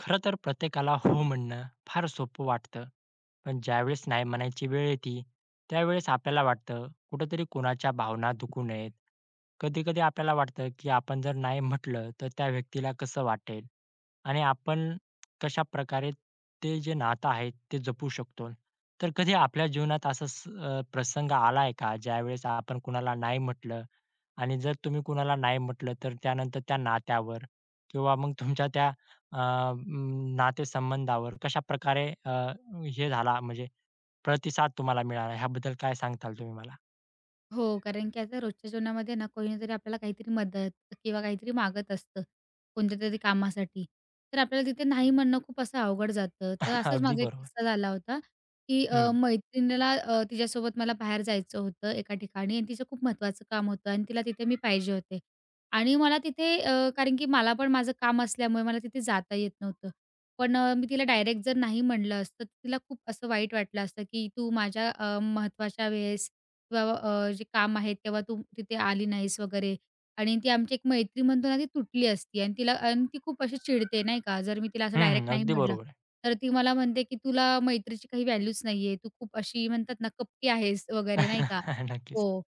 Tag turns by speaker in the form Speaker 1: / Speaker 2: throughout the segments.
Speaker 1: खरं तर प्रत्येकाला हो म्हणणं फार सोपं वाटतं. पण ज्यावेळेस नाही म्हणायची वेळ येते, त्यावेळेस आपल्याला वाटतं कुठेतरी कोणाच्या भावना दुखू नयेत. कधी-कधी आपल्याला वाटतं, की आपण जर नाही म्हटलं, तर त्या व्यक्तीला कसं वाटेल आणि आपण कशाप्रकारे ते जे नातं आहे, ते जपू शकतो. तर कधी आपल्या जीवनात असा प्रसंग आलाय का, ज्यावेळेस आपण कुणाला नाही म्हटलं आणि जर तुम्ही कुणाला नाही म्हटलं तर त्यानंतर त्या नात्यावर किंवा मग तुमच्या त्या नातेसंबंधावर कशा प्रकारे हे झाला म्हणजे प्रतिसाद तुम्हाला मिळाला ह्याबद्दल काय सांगताल तुम्ही मला?
Speaker 2: हो, कारण की आता रोजच्या जीवनामध्ये ना कोणी ना तरी आपल्याला काहीतरी मदत किंवा काहीतरी मागत असतं, कोणत्यातरी कामासाठी. तर आपल्याला तिथे नाही म्हणणं खूप असं अवघड जातं. तर असाच
Speaker 1: अगदी
Speaker 2: माझा एक
Speaker 1: बरोबर.
Speaker 2: किस्सा झाला होता, की
Speaker 1: हं.
Speaker 2: मैत्रिणीला तिच्यासोबत मला बाहेर जायचं होतं एका ठिकाणी आणि तिचं खूप महत्त्वाचं काम होतं आणि तिला तिथे मी पाहिजे होते. आणि मला तिथे कारण की मला पण माझं काम असल्यामुळे मला तिथे जाता येत नव्हतं. पण मी तिला डायरेक्ट जर नाही म्हणलं असतं, तर तिला खूप असं वाईट वाटलं असतं, की तू माझ्या वेळेस किंवा जे काम आहे तेव्हा तू तिथे आली नाहीस वगैरे आणि ती आमची एक मैत्री म्हणतो ना ती तुटली असती आणि तिला आणि ती खूप अशी चिडते नाही का, जर मी तिला असं
Speaker 1: हं,
Speaker 2: डायरेक्ट
Speaker 1: हं.
Speaker 2: नाही
Speaker 1: अगदी
Speaker 2: म्हटलं,
Speaker 1: बरोबर आहे.
Speaker 2: तर ती मला म्हणते, की "तुला मैत्रीची काही व्हॅल्यूच नाहीये. तू खूप अशी म्हणतात ना कपटी आहेस" वगैरे नाही का.
Speaker 1: नक्कीच.
Speaker 2: हो.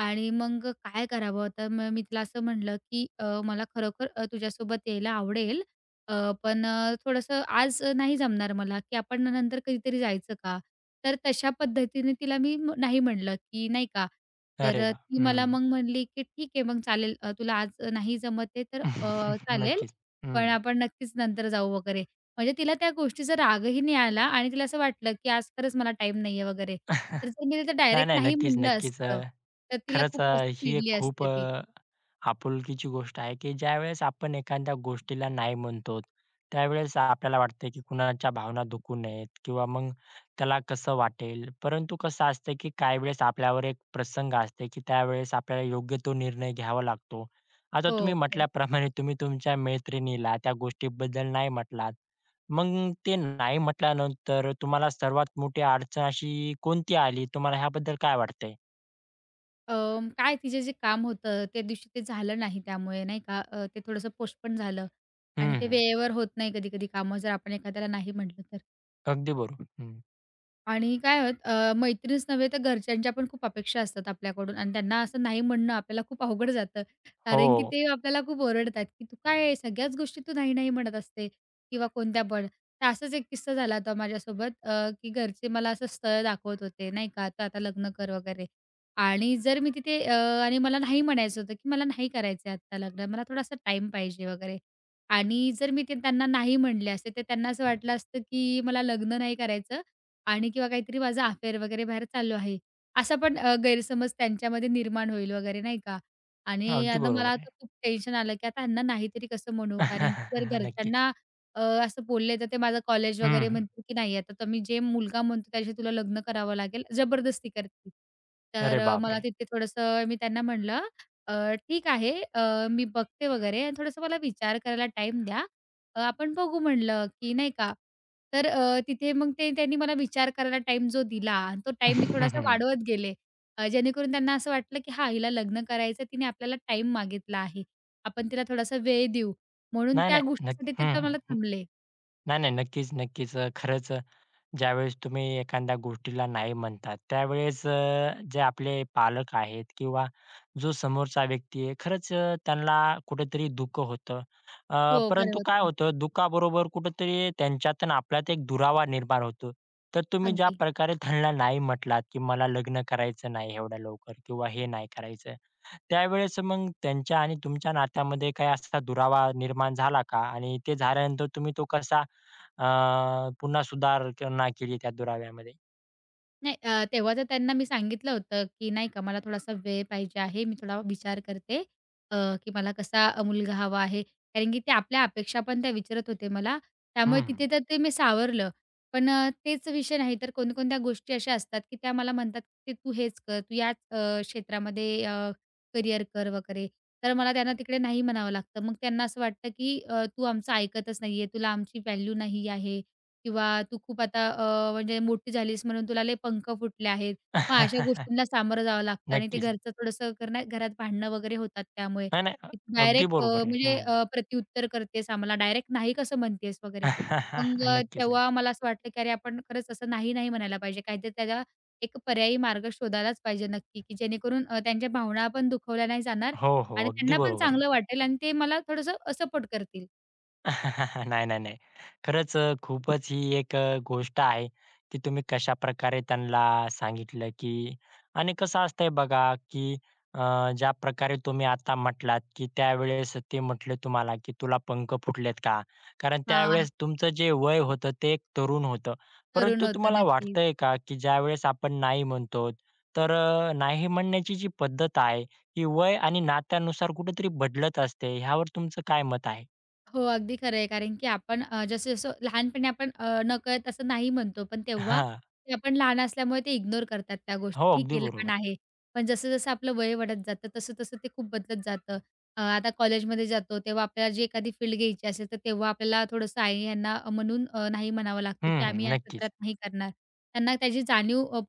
Speaker 2: आणि मग काय करावं? तर मग मी तिला असं म्हटलं, की मला खरोखर तुझ्यासोबत यायला आवडेल. अ, पण थोडंसं आज नाही जमणार मला, की आपण नंतर कधीतरी जायचं का?" तर तशा पद्धतीने तिला मी नाही म्हटलं, की नाही का. तर
Speaker 1: अरे वाह!
Speaker 2: ती
Speaker 1: हं.
Speaker 2: मला मग म्हणली, की "ठीक आहे मग चालेल तुला आज नाही जमत आहे तर चालेल,
Speaker 1: नक्कीच. हं.
Speaker 2: पण आपण नक्कीच नंतर जाऊ" वगैरे. म्हणजे तिला त्या गोष्टीचा रागही नाही आला आणि तिला असं वाटलं, की आज खरंच मला टाईम नाहीये वगैरे. तर जर मी तिला
Speaker 1: नाही,
Speaker 2: डायरेक्ट
Speaker 1: नाही.
Speaker 2: नाही
Speaker 1: नक्कीच,
Speaker 2: म्हटलं
Speaker 1: नक्कीच.
Speaker 2: असतं, तर तिला
Speaker 1: खरंच
Speaker 2: खूप असं
Speaker 1: ही एक
Speaker 2: चिडली
Speaker 1: खूप
Speaker 2: असते ती.
Speaker 1: आपुलकीची गोष्ट आहे, की ज्यावेळेस आपण एखाद्या गोष्टीला नाही म्हणतो, त्यावेळेस आपल्याला वाटतं, की कुणाच्या भावना दुखू नयेत किंवा मग त्याला कसं वाटेल. परंतु कसं असतं, की काही वेळेस आपल्यावर एक प्रसंग असते, की त्यावेळेस आपल्याला योग्य तो निर्णय घ्यावा लागतो. आता
Speaker 2: हो,
Speaker 1: तुम्ही
Speaker 2: खरं.
Speaker 1: म्हटल्याप्रमाणे तुम्ही तुमच्या मैत्रिणीला त्या गोष्टीबद्दल नाही म्हटलात. मग ते नाही म्हटल्यानंतर तुम्हाला सर्वात मोठी अडचण अशी कोणती आली? तुम्हाला ह्याबद्दल काय वाटतंय?
Speaker 2: काय तिचे जे काम होतं, त्या दिवशी ते झालं नाही त्यामुळे नाही का, ते थोडंसं पोस्टपोन झालं आणि ते
Speaker 1: हं,
Speaker 2: वेळेवर होत नाही कधी-कधी कामं जर आपण एखाद्याला नाही म्हटलं तर.
Speaker 1: अगदी बरोबर. हं.
Speaker 2: आणि काय होत मैत्रीणच नव्हे तर घरच्यांच्या पण खूप अपेक्षा असतात आपल्याकडून आणि त्यांना असं नाही म्हणणं आपल्याला खूप अवघड जातं. कारण की
Speaker 1: हो.
Speaker 2: ते आपल्याला खूप ओरडतात, की "तू काय सगळ्याच गोष्टी तू नाही-नाही म्हणत असते" किंवा कोणत्या पण. तर असाच एक किस्सा झाला होता माझ्यासोबत की घरचे मला असं स्थळ दाखवत होते नाही का, "तू आता लग्न कर" वगैरे. आणि जर मी तिथे आणि मला नाही म्हणायचं होतं, की "मला नाही करायचं आहे लग्न. मला थोडासा टाईम पाहिजे" वगैरे. आणि जर मी ते त्यांना नाही म्हणले असते, तर त्यांना असं वाटलं असतं, की मला लग्न नाही करायचं आणि किंवा काहीतरी माझा अफेअर वगैरे बाहेर चालू आहे. असा पण गैरसमज त्यांच्यामध्ये निर्माण होईल वगैरे नाही का? आणि
Speaker 1: अगदी
Speaker 2: आता मला
Speaker 1: बरोबर आहे.
Speaker 2: आता खूप टेन्शन आलं, की आता ह्यांना नाहीतरी कसं म्हणू? कारण की जर
Speaker 1: नक्कीच.
Speaker 2: घरच्यांना असं बोलले, तर ते माझं कॉलेज
Speaker 1: हं,
Speaker 2: वगैरे
Speaker 1: हं.
Speaker 2: म्हणतील, की "नाही, आता तुम्ही जे मुलगा म्हणतो त्याच्याशी तुला लग्न करावं लागेल." जबरदस्ती करतील.
Speaker 1: अरे
Speaker 2: तर मला
Speaker 1: बापरे!
Speaker 2: तिथे थोडंसं मी त्यांना म्हणलं, "अ, ठीक आहे, मी बघते वगैरे आणि थोडंसं मला विचार करायला टाईम द्या. आपण बघू" म्हणलं, की नाही का? तर तिथे मग ते त्यांनी मला विचार करायला टाईम जो दिला आणि तो टाईम मी थोडासा वाढवत गेले. जेणेकरून त्यांना असं वाटलं, की "हां, हिला लग्न करायचं तिने आपल्याला टाईम मागितला आहे. आपण तिला थोडासा वेळ देऊ." म्हणून
Speaker 1: नाही,
Speaker 2: त्या
Speaker 1: नाही. नक्क
Speaker 2: गोष्टीसाठी ते
Speaker 1: हं,
Speaker 2: तर मला
Speaker 1: हं.
Speaker 2: थांबले.
Speaker 1: नाही, नाही. नक्कीच, नक्कीच. खरंच ज्यावेळेस तुम्ही एखाद्या गोष्टीला नाही म्हणतात, त्यावेळेस जे आपले पालक आहेत किंवा जो समोरचा व्यक्ती आहे, खरंच त्यांना कुठेतरी दुःख होतं.
Speaker 2: हो, खरं
Speaker 1: परंतु काय
Speaker 2: होतं.
Speaker 1: होतं, दुःखाबरोबर कुठेतरी त्यांच्यात आणि आपल्यात एक दुरावा निर्माण होतो. तर तुम्ही ज्या
Speaker 2: अगदी.
Speaker 1: प्रकारे त्यांना नाही म्हटलात, की मला लग्न करायचं नाही एवढ्या लवकर किंवा हे नाही करायचं. त्यावेळेस मग त्यांच्या आणि तुमच्या नात्यामध्ये काही असा दुरावा निर्माण झाला का? आणि ते झाल्यानंतर तुम्ही तो कसा पुन्हा सुधारणा केली त्या दुराव्यामध्ये.
Speaker 2: नाही. तेव्हा तर त्यांना मी सांगितलं होतं, की नाही का मला थोडासा वेळ पाहिजे आहे. मी थोडा विचार करते, अ, की मला कसा मुलगा हवा आहे. कारण की ते आपल्या अपेक्षा पण त्या विचारत होते मला. त्यामुळे
Speaker 1: हं.
Speaker 2: तिथे तर ते मी सावरलं. पण तेच विषय नाही तर कोणकोणत्या गोष्टी अशा असतात, की त्या मला म्हणतात, की "तू हेच कर, तू याच क्षेत्रामध्ये कर वगैरे." तर मला त्यांना तिकडे नाही म्हणावं लागतं. मग त्यांना असं वाटतं, की "तू आमचं ऐकतच नाहीये. तुला आमची व्हॅल्यू नाही आहे. किंवा तू खूप आता म्हणजे मोठी झालीस म्हणून तुला लय पंख फुटले आहेत. मग अशा गोष्टींना सामोरं जावं लागतं आणि ते
Speaker 1: नक्कीच.
Speaker 2: घरचं थोडंसं करणं घरात भांडणं वगैरे होतात त्यामुळे.
Speaker 1: नाही, नाही. अगदी
Speaker 2: डायरेक्ट
Speaker 1: बरोबर आहे.
Speaker 2: म्हणजे
Speaker 1: हं.
Speaker 2: प्रत्युत्तर करतेस आम्हाला, डायरेक्ट नाही कसं म्हणतेस वगैरे. मग
Speaker 1: नक्कीच,
Speaker 2: तेव्हा
Speaker 1: नक्की.
Speaker 2: मला असं वाटलं, की अरे आपण खरंच असं नाही, नाही म्हणायला पाहिजे. काहीतरी त्याला एक पर्यायी मार्ग शोधायलाच पाहिजे नक्की, की जेणेकरून त्यांच्या भावना पण दुखवल्या नाही जाणार
Speaker 1: हो, हो.
Speaker 2: आणि
Speaker 1: अगदी
Speaker 2: त्यांना पण
Speaker 1: बरोबर आहे.
Speaker 2: चांगलं वाटेल आणि ते मला थोडंसं सपोर्ट करतील.
Speaker 1: नाही, नाही, नाही. खरंच खूपच ही एक गोष्ट आहे, की तुम्ही कशाप्रकारे त्यांना सांगितलं, की आणि कसं असतंय बघा, की ज्याप्रकारे तुम्ही आता म्हटलात, की त्यावेळेस ते म्हटले तुम्हाला, की "तुला पंख फुटलेत का?" कारण
Speaker 2: हां.
Speaker 1: त्यावेळेस तुमचं जे वय होतं ते एक तरुण होतं.
Speaker 2: तरुण
Speaker 1: परंतु
Speaker 2: होतं.
Speaker 1: तुम्हाला
Speaker 2: नक्कीच.
Speaker 1: वाटतंय का, की ज्यावेळेस आपण नाही म्हणतो, तर नाही म्हणण्याची जी पद्धत आहे, ही वय आणि नात्यानुसार कुठेतरी बदलत असते. ह्यावर तुमचं काय मत आहे?
Speaker 2: हो, अगदी खरं आहे. कारण की आपण जसं-जसं लहानपणी आपण नकळत असं नाही म्हणतो, पण तेव्हा ते आपण लहान असल्यामुळे ते इग्नोर करतात त्या गोष्टी.
Speaker 1: हो,
Speaker 2: ठीक
Speaker 1: अगदी
Speaker 2: आहे,
Speaker 1: बरोबर
Speaker 2: लहान
Speaker 1: आहे.
Speaker 2: आहे. पण जसं-जसं आपलं वय वाढत जातं, तसं-तसं ते खूप बदलत जातं. आता कॉलेजमध्ये जातो, तेव्हा आपल्याला जी एखादी फील्ड घ्यायची असेल, तर तेव्हा आपल्याला थोडंसं आई यांना म्हणून नाही म्हणावं लागतं,
Speaker 1: हं,
Speaker 2: की
Speaker 1: हं.
Speaker 2: आम्ही या
Speaker 1: नक्कीच.
Speaker 2: क्षेत्रात नाही करणार. त्यांना त्याची जाणीव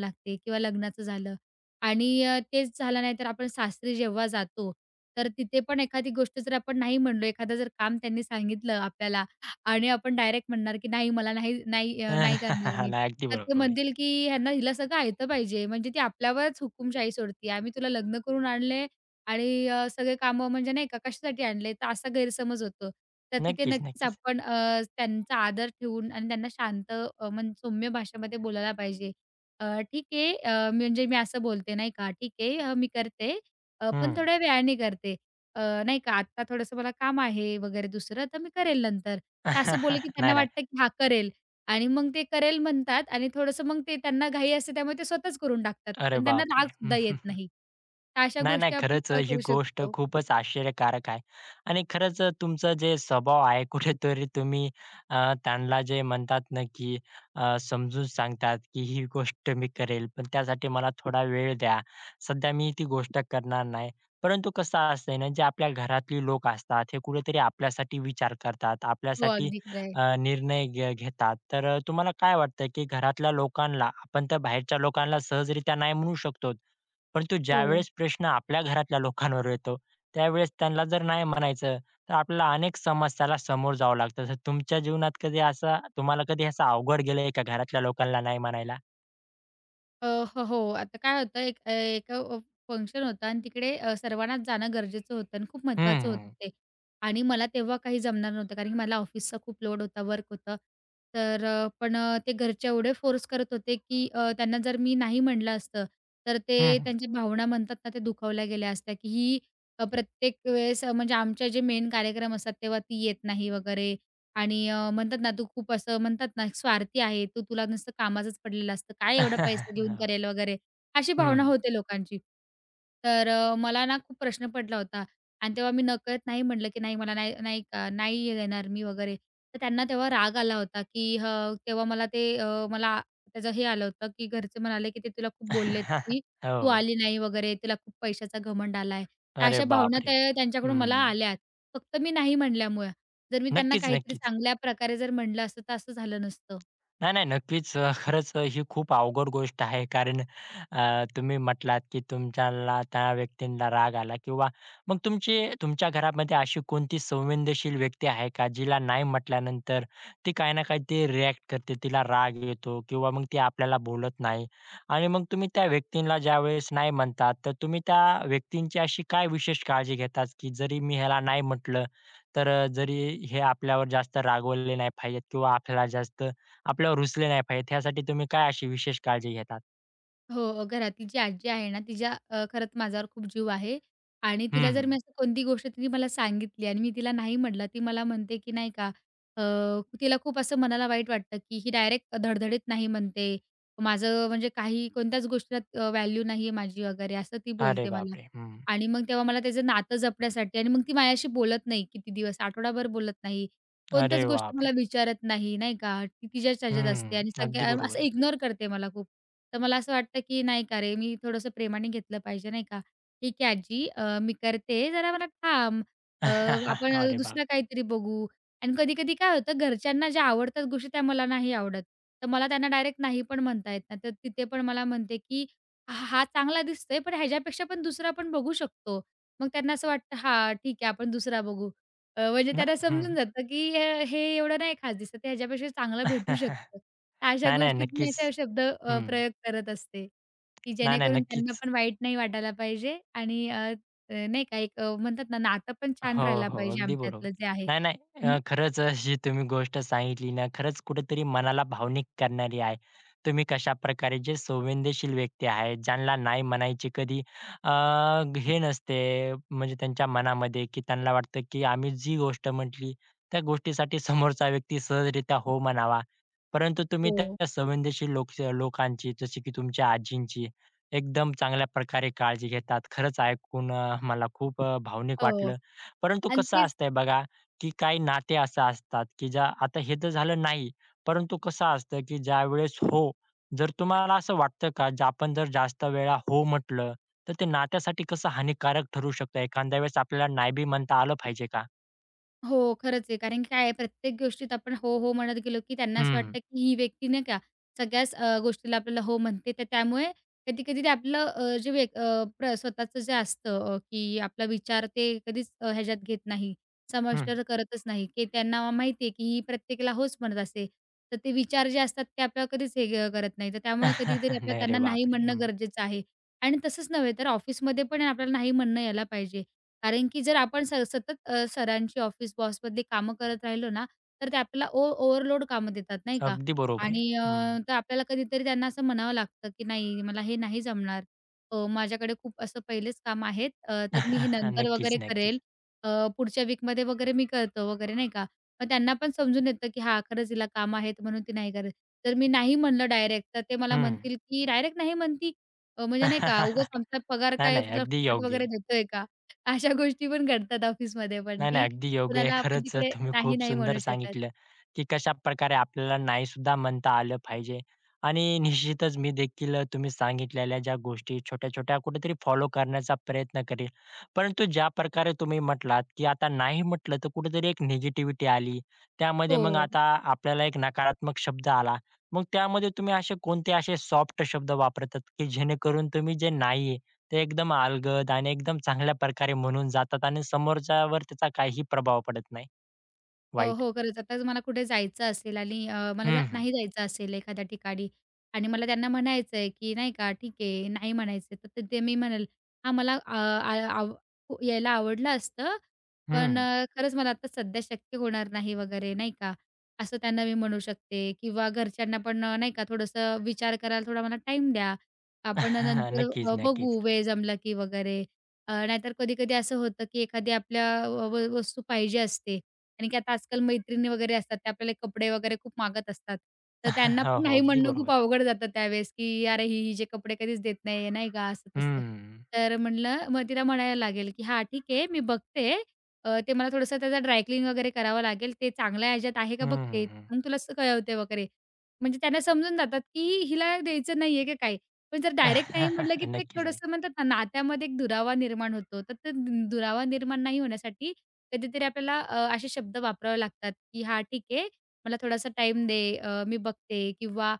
Speaker 2: लागते किंवा लग्नाचं झालं. आणि तेच झालं नाही तर आपण सासरी जेव्हा जातो, तर तिथे पण एखादी गोष्ट जर आपण नाही म्हणलो, एखादं जर काम त्यांनी सांगितलं आपल्याला आणि आपण डायरेक्ट म्हणणार, की "नाही मला नाही नाही अ, नाही करणार मी."
Speaker 1: नाही, अगदी
Speaker 2: तर ते
Speaker 1: बरोबर आहे.
Speaker 2: म्हणतील, की "ह्यांना हिला सगळं आयतं पाहिजे." म्हणजे ती आपल्यावरच हुकूमशाही सोडते. "आम्ही तुला लग्न करून आणले आणि सगळे कामं म्हणजे नाही का कशासाठी आणले?" तर असा गैरसमज होतो. तर तिथे
Speaker 1: नक्कीच,
Speaker 2: नक्कीच
Speaker 1: नक्कीच.
Speaker 2: आपण त्यांचा आदर ठेवून आणि त्यांना शांत मन सौम्य भाषेमध्ये बोलायला पाहिजे. ठीक आहे म्हणजे मी असं बोलते नाही का, "ठीक आहे मी करते पण
Speaker 1: हं.
Speaker 2: थोड्या वेळाने करते. अ, नाही का आत्ता थोडंसं मला काम आहे वगैरे दुसरं, तर मी करेल नंतर." तर असं बोलले की
Speaker 1: नाही,
Speaker 2: त्यांना
Speaker 1: नाही.
Speaker 2: वाटतं की "हां, करेल." आणि मग ते करेल म्हणतात आणि थोडंसं मग ते त्यांना घाई असते त्यामुळे ते स्वतःच करून टाकतात.
Speaker 1: अरे
Speaker 2: पण त्यांना
Speaker 1: बापरे!
Speaker 2: रागसुद्धा येत नाही. तर अशा
Speaker 1: नाही, नाही.
Speaker 2: गोष्टी आपण
Speaker 1: खरंच ही
Speaker 2: करू
Speaker 1: गोष्ट
Speaker 2: शकतो.
Speaker 1: खूपच आश्चर्यकारक आहे आणि खरंच तुमचा जे स्वभाव आहे कुठेतरी तुम्ही त्यांना जे म्हणतात ना, की समजून सांगतात, की ही गोष्ट मी करेल, पण त्यासाठी मला थोडा वेळ द्या. सध्या मी ती गोष्ट करणार नाही. परंतु कसं असतंय ना, जे आपल्या घरातली लोक असतात, हे कुठेतरी आपल्यासाठी विचार करतात,
Speaker 2: हो,
Speaker 1: आपल्यासाठी
Speaker 2: अगदी खरं आहे.
Speaker 1: निर्णय घेतात. तर तुम्हाला काय वाटतं, की घरातल्या लोकांना आपण त्या बाहेरच्या लोकांना सहजरित्या नाही म्हणू शकतो. परंतु
Speaker 2: हो.
Speaker 1: ज्यावेळेस प्रश्न आपल्या घरातल्या लोकांवर येतो, त्यावेळेस त्यांना जर नाही म्हणायचं, तर आपल्याला अनेक समस्याला समोर जावं लागतं. तर तुमच्या जीवनात कधी असा तुम्हाला कधी असं अवघड गेलंय का घरातल्या लोकांना नाही म्हणायला?
Speaker 2: अ, हो, हो. आता काय होतं एक एक फंक्शन होतं आणि तिकडे सर्वांनाच जाणं गरजेचं होतं आणि खूप
Speaker 1: हं,
Speaker 2: महत्त्वाचं होतं
Speaker 1: हं.
Speaker 2: ते. आणि मला तेव्हा काही जमणार नव्हतं कारण की मला ऑफिसचा खूप लोड होता, वर्क होतं. तर पण ते घरचे एवढे फोर्स करत होते, की त्यांना जर मी नाही म्हटलं असतं, तर ते त्यांच्या भावना म्हणतात ना, त्या दुखावल्या गेल्या असत्या, की ही प्रत्येक वेळेस म्हणजे आमचे जे मेन कार्यक्रम असतात, तेव्हा ती येत नाही वगैरे आणि म्हणतात ना, तू खूप असं म्हणतात ना, स्वार्थी आहे तू, तुला नुसतं कामाचंच पडलेलं असतं. काय एवढा पैसा घेऊन
Speaker 1: हो.
Speaker 2: करेल वगैरे, अशी भावना
Speaker 1: हं.
Speaker 2: होते लोकांची. तर मला ना खूप प्रश्न पडला होता आणि तेव्हा मी नकळत नाही म्हटलं, की नाही मला नाही नाही का नाही येणार मी वगैरे. तर त्यांना तेव्हा राग आला होता, की ह तेव्हा मला ते मला त्याचं हे आलं होतं, की घरचे म्हणाले, की "ते तुला खूप बोललेत, की तू
Speaker 1: हो.
Speaker 2: आली नाही वगैरे, तुला खूप पैशाचा घमंड आलाय."
Speaker 1: अरे
Speaker 2: अशा भावना
Speaker 1: बापरे!
Speaker 2: त्या त्यांच्याकडून मला
Speaker 1: हं.
Speaker 2: आल्यात. फक्त मी नाही म्हणल्यामुळे. जर मी त्यांना
Speaker 1: नक्कीच,
Speaker 2: काहीतरी
Speaker 1: नक्कीच.
Speaker 2: चांगल्या प्रकारे जर म्हणलं असतं, तर असं झालं नसतं.
Speaker 1: नाही, नाही. नक्कीच. खरंच ही खूप अवघड गोष्ट आहे. कारण तुम्ही म्हटलात, की तुमच्याला त्या व्यक्तींना राग आला किंवा मग तुमची तुमच्या घरामध्ये अशी कोणती संवेदनशील व्यक्ती आहे का, जिला नाही म्हटल्यानंतर ती काही ना काही ती रिएक्ट करते, तिला राग येतो किंवा मग ती आपल्याला बोलत नाही आणि मग तुम्ही त्या व्यक्तीला ज्यावेळेस नाही म्हणतात, तर तुम्ही त्या व्यक्तींची अशी काय विशेष काळजी घेतात, की जरी मी ह्याला नाही म्हटलं, तर जरी हे आपल्यावर जास्त रागवले नाही पाहिजेत किंवा आपल्याला जास्त आपल्यावर रुसले नाही पाहिजेत, ह्यासाठी तुम्ही काय अशी विशेष काळजी घेतात?
Speaker 2: हो, घरातली जी आजी आहे ना, तिचा खरंच माझ्यावर खूप जीव आहे आणि
Speaker 1: हं,
Speaker 2: तिला जर
Speaker 1: हं.
Speaker 2: मी असं कोणती गोष्ट तिने मला सांगितली आणि मी तिला नाही म्हटलं, ती मला म्हणते, की नाही का अ, तिला खूप असं मनाला वाईट वाटतं, की ही डायरेक्ट धडधडीत नाही म्हणते. माझं म्हणजे काही कोणत्याच गोष्टीला व्हॅल्यू नाही आहे माझी वगैरे असं ती
Speaker 1: अरे
Speaker 2: बोलते मला.
Speaker 1: बापरे! हं.
Speaker 2: आणि मग तेव्हा मला त्याचं नातं जपण्यासाठी आणि मग ती माझ्याशी बोलत नाही किती दिवस, आठवडाभर बोलत नाही.
Speaker 1: अरे
Speaker 2: कोणत्याच गोष्टी
Speaker 1: बापरे!
Speaker 2: मला विचारत नाही, नाही का. ती तिच्याच ह्याच्यात असते
Speaker 1: हं.
Speaker 2: आणि
Speaker 1: अगदी
Speaker 2: सगळ्या
Speaker 1: बरोबर
Speaker 2: असं
Speaker 1: आहे.
Speaker 2: इग्नोर करते मला खूप. तर मला असं वाटतं, की नाही का रे, मी थोडंसं प्रेमाने घेतलं पाहिजे, नाही का? "ठीक आहे आजी, मी करते, जरा मला थांब. अ, आपण
Speaker 1: अरे बाप!
Speaker 2: दुसरं काहीतरी बघू." आणि कधी-कधी काय होतं, घरच्यांना ज्या आवडतात गोष्टी त्या मला नाही आवडत. तर मला त्यांना डायरेक्ट नाही पण म्हणता येत नाही. तर तिथे पण मला म्हणते, की "हा हा चांगला दिसतोय, पण ह्याच्यापेक्षा पण दुसरा आपण बघू शकतो." मग त्यांना असं वाटतं, "हां, ठीक आहे, आपण दुसरा बघू." म्हणजे त्यांना
Speaker 1: नाही हं.
Speaker 2: समजून जातं, की हे एवढं नाही खास दिसत, ह्याच्यापेक्षा चांगलं भेटू शकतं.
Speaker 1: नाही,
Speaker 2: अशा
Speaker 1: नाही.
Speaker 2: गोष्टीत मी
Speaker 1: नक्कीच.
Speaker 2: अशा शब्द
Speaker 1: हं.
Speaker 2: प्रयोग करत असते, की
Speaker 1: नाही, नाही.
Speaker 2: जेणेकरून त्यांना
Speaker 1: नक्कीच.
Speaker 2: पण वाईट नाही वाटायला पाहिजे आणि अ, अ, नाही का एक म्हणतात ना, नातं पण छान
Speaker 1: हो,
Speaker 2: राहायला
Speaker 1: हो.
Speaker 2: पाहिजे
Speaker 1: अगदी बरोबर.
Speaker 2: आमच्यातलं जे आहे
Speaker 1: नाही, नाही.
Speaker 2: आणि
Speaker 1: खरंच अशी तुम्ही गोष्ट सांगितली ना, खरंच कुठेतरी मनाला भावनिक करणारी आहे. तुम्ही कशा कशाप्रकारे जे संवेदनशील व्यक्ती आहेत, ज्यांना नाही म्हणायची कधी अ, हे नसते, म्हणजे त्यांच्या मनामध्ये, की त्यांना वाटतं, की आम्ही जी गोष्ट म्हटली, त्या गोष्टीसाठी समोरचा व्यक्ती सहजरित्या हो म्हणावा. परंतु तुम्ही
Speaker 2: हो,
Speaker 1: त्या संवेदनशील लोक लोकांची, जसे की तुमच्या आजींची, एकदम चांगल्या प्रकारे काळजी घेतात. खरंच ऐकून मला खूप भावनिक
Speaker 2: हो.
Speaker 1: वाटलं. परंतु
Speaker 2: आणि
Speaker 1: कसं
Speaker 2: तेच.
Speaker 1: असतंय बघा, की काही नाते असं असतात, की ज्या आता हे तर झालं नाही, परंतु कसं असतं, की ज्यावेळेस हो, जर तुम्हाला असं वाटतं का, जे आपण जर जास्त वेळा हो म्हटलं, तर ते नात्यासाठी कसं हानिकारक ठरू शकतं? एखाद्या वेळेस आपल्याला नाही बी म्हणता आलं पाहिजे का?
Speaker 2: हो, खरंच आहे. कारण की काय आहे प्रत्येक गोष्टीत आपण हो, हो म्हणत गेलो, की त्यांना असं
Speaker 1: हं,
Speaker 2: वाटतं, की ही व्यक्ती नाही का सगळ्याच गोष्टीला आपल्याला हो म्हणते. तर त्यामुळे कधी-कधी ते आपलं जे व्यक अ, प्र स्वतःचं जे असतं की आपला विचार ते कधीच ह्याच्यात घेत नाही, समाविष्ट
Speaker 1: हं.
Speaker 2: करतच नाही, की त्यांना माहिती आहे, की ही प्रत्येकाला होच म्हणत असते. तर ते विचार जे असतात ते आपल्याला कधीच हे करत नाही. तर त्यामुळे कधीतरी आपल्याला
Speaker 1: नाही अरे
Speaker 2: त्यांना नाही
Speaker 1: बापरे!
Speaker 2: म्हणणं
Speaker 1: हं.
Speaker 2: गरजेचं आहे. आणि तसंच नव्हे तर ऑफिसमध्ये पण आपल्याला नाही म्हणणं यायला पाहिजे. कारण की जर आपण सतत सरांची ऑफिस बॉसमधली कामं करत राहिलो ना, तर ते आपल्याला ओव्हरलोड कामं देतात नाही का?
Speaker 1: अगदी बरोबर आहे.
Speaker 2: आणि
Speaker 1: हं.
Speaker 2: तर आपल्याला कधीतरी त्यांना असं म्हणावं लागतं, की "नाही, मला हे नाही जमणार. माझ्याकडे खूप असं पहिलेच काम आहेत. तर मी हे नंतर
Speaker 1: नक्कीच,
Speaker 2: वगैरे करेल.
Speaker 1: नक्कीच.
Speaker 2: अ, पुढच्या वीकमध्ये वगैरे मी करतो" वगैरे नाही का? मग त्यांना पण समजून येतं, की हां, खरंच हिला काम आहेत म्हणून ती नाही करत. जर मी नाही म्हणलं डायरेक्ट, तर ते मला
Speaker 1: हं.
Speaker 2: म्हणतील, की "डायरेक्ट नाही म्हणती, म्हणजे नाही का, उगाच आमचा पगार
Speaker 1: नाही,
Speaker 2: काय
Speaker 1: नाही.
Speaker 2: तुला
Speaker 1: अगदी
Speaker 2: फुकट
Speaker 1: योग्य
Speaker 2: वगैरे
Speaker 1: आहे.
Speaker 2: देतोय का?" अशा गोष्टी पण घडतात ऑफिसमध्ये पण,
Speaker 1: नाही, नाही.
Speaker 2: की
Speaker 1: अगदी योग्य आहे.
Speaker 2: कुणाला आपण
Speaker 1: खरंच
Speaker 2: तिकडे
Speaker 1: तुम्ही
Speaker 2: नाही,
Speaker 1: खूप
Speaker 2: नाही
Speaker 1: सुंदर
Speaker 2: म्हणू शकत.
Speaker 1: सांगितलं, की कशाप्रकारे आपल्याला नाही सुद्धा म्हणता आलं पाहिजे. आणि निश्चितच मी देखील तुम्ही सांगितलेल्या ज्या गोष्टी छोट्या-छोट्या कुठेतरी फॉलो करण्याचा प्रयत्न करेल. परंतु ज्याप्रकारे तुम्ही म्हटलात, की आता नाही म्हटलं तर कुठेतरी एक निगेटिव्हिटी आली. त्यामध्ये मग
Speaker 2: हो.
Speaker 1: आता आपल्याला एक नकारात्मक शब्द आला. मग त्यामध्ये तुम्ही असे कोणते असे सॉफ्ट शब्द वापरतात, की जेणेकरून तुम्ही जे नाही ते एकदम अलगद आणि एकदम चांगल्या प्रकारे म्हणून जातात आणि समोरच्यावर त्याचा काहीही प्रभाव पडत नाही वाईट.
Speaker 2: हो, खरंच. आता जर मला कुठे जायचं असेल आणि मला
Speaker 1: हं, हं.
Speaker 2: नाही जायचं असेल एखाद्या ठिकाणी आणि मला त्यांना म्हणायचं आहे, की नाही का ठीक आहे, नाही म्हणायचं तर ते ते मी म्हणेल, "हां, मला अ, आ आव खू- यायला आवडलं असतं,
Speaker 1: हं,
Speaker 2: पण
Speaker 1: हं.
Speaker 2: खरंच मला आता सध्या शक्य होणार नाही वगैरे," नाही का? असं त्यांना मी म्हणू शकते किंवा घरच्यांना पण नाही का थोडंसं विचार करायला थोडा मला टाईम द्या. आपण नंतर
Speaker 1: नक्कीच, नक्कीच.
Speaker 2: बघू वेळ जमला की वगैरे. नाहीतर कधी-कधी असं होतं, की एखादी आपल्या व व वस्तू पाहिजे असते आणि की आता आजकाल मैत्रिणी वगैरे असतात, त्या आपल्याला कपडे वगैरे खूप मागत असतात. तर त्यांना
Speaker 1: हो,
Speaker 2: पण
Speaker 1: हो.
Speaker 2: नाही
Speaker 1: अगदी
Speaker 2: म्हणणं
Speaker 1: बरोबर
Speaker 2: खूप
Speaker 1: आहे.
Speaker 2: अवघड जातं त्यावेळेस, की "अरे, हिचे कपडे कधीच देत नाही आहे," नाही का, असं-तसं.
Speaker 1: हं.
Speaker 2: तर म्हटलं मग तिला म्हणायला लागेल, की "हां, ठीक आहे, मी बघते. ते मला थोडंसं त्याचा ड्राय वगैरे करावं लागेल. ते चांगल्या ह्याच्यात आहे का
Speaker 1: हं,
Speaker 2: बघते.
Speaker 1: हं,
Speaker 2: मग तुला कळवते वगैरे." म्हणजे त्यांना समजून जातात, की हिला द्यायचं नाही आहे का काय? पण जर डायरेक्ट नाही म्हटलं, की ते
Speaker 1: नक्कीच, नक्कीच.
Speaker 2: थोडंसं म्हणतात ना, नात्यामध्ये एक दुरावा निर्माण होतो. तर तो दुरावा निर्माण नाही होण्यासाठी कधीतरी आपल्याला असे शब्द वापरावे लागतात, की "हां, ठीक आहे, मला थोडासा टाइम दे, मी बघते" किंवा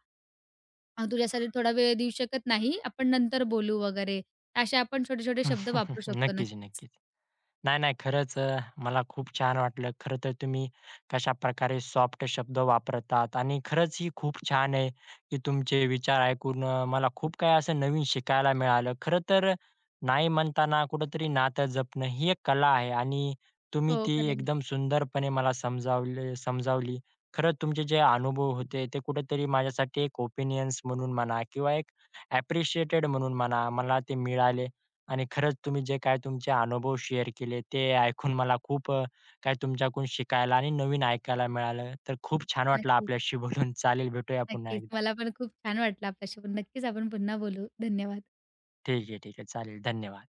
Speaker 2: तुझ्यासाठी थोडा वेळ देऊ शकत नाही, आपण नंतर बोलू" वगैरे. असे आपण छोटे-छोटे शब्द वापरू शकतो.
Speaker 1: नक्कीच,
Speaker 2: नक्कीच.
Speaker 1: नक्कीच. नाही, नाही. खरंच मला खूप छान वाटलं. खरं तर तुम्ही कशा प्रकारे सॉफ्ट शब्द वापरतात आणि खरंच ही खूप छान आहे, की तुमचे विचार ऐकून मला खूप काही असं नवीन शिकायला मिळालं. खरं तर नाही म्हणताना कुठेतरी नातं जपणं ही एक कला आहे आणि तुम्ही
Speaker 2: हो,
Speaker 1: ती
Speaker 2: खरं आहे.
Speaker 1: एकदम सुंदरपणे मला समजावली. खरंच तुमचे जे अनुभव होते, ते कुठेतरी माझ्यासाठी एक ओपिनियन्स म्हणून म्हणा किंवा एक ॲप्रिशिएटेड म्हणून म्हणा, मला ते मिळाले. आणि खरंच तुम्ही जे काय तुमचे अनुभव शेअर केले ते ऐकून मला खूप काही तुमच्याकडून शिकायला आणि नवीन ऐकायला मिळालं. तर खूप छान वाटलं
Speaker 2: नक्कीच,
Speaker 1: आपल्याशी बोलून. चालेल भेटूया पुन्हा
Speaker 2: नक्कीच.
Speaker 1: एकदा.
Speaker 2: मला पण खूप छान वाटलं आपल्याशी बोलून. नक्कीच आपण पुन्हा बोलू. धन्यवाद.
Speaker 1: ठीक आहे, ठीक आहे. चालेल. धन्यवाद.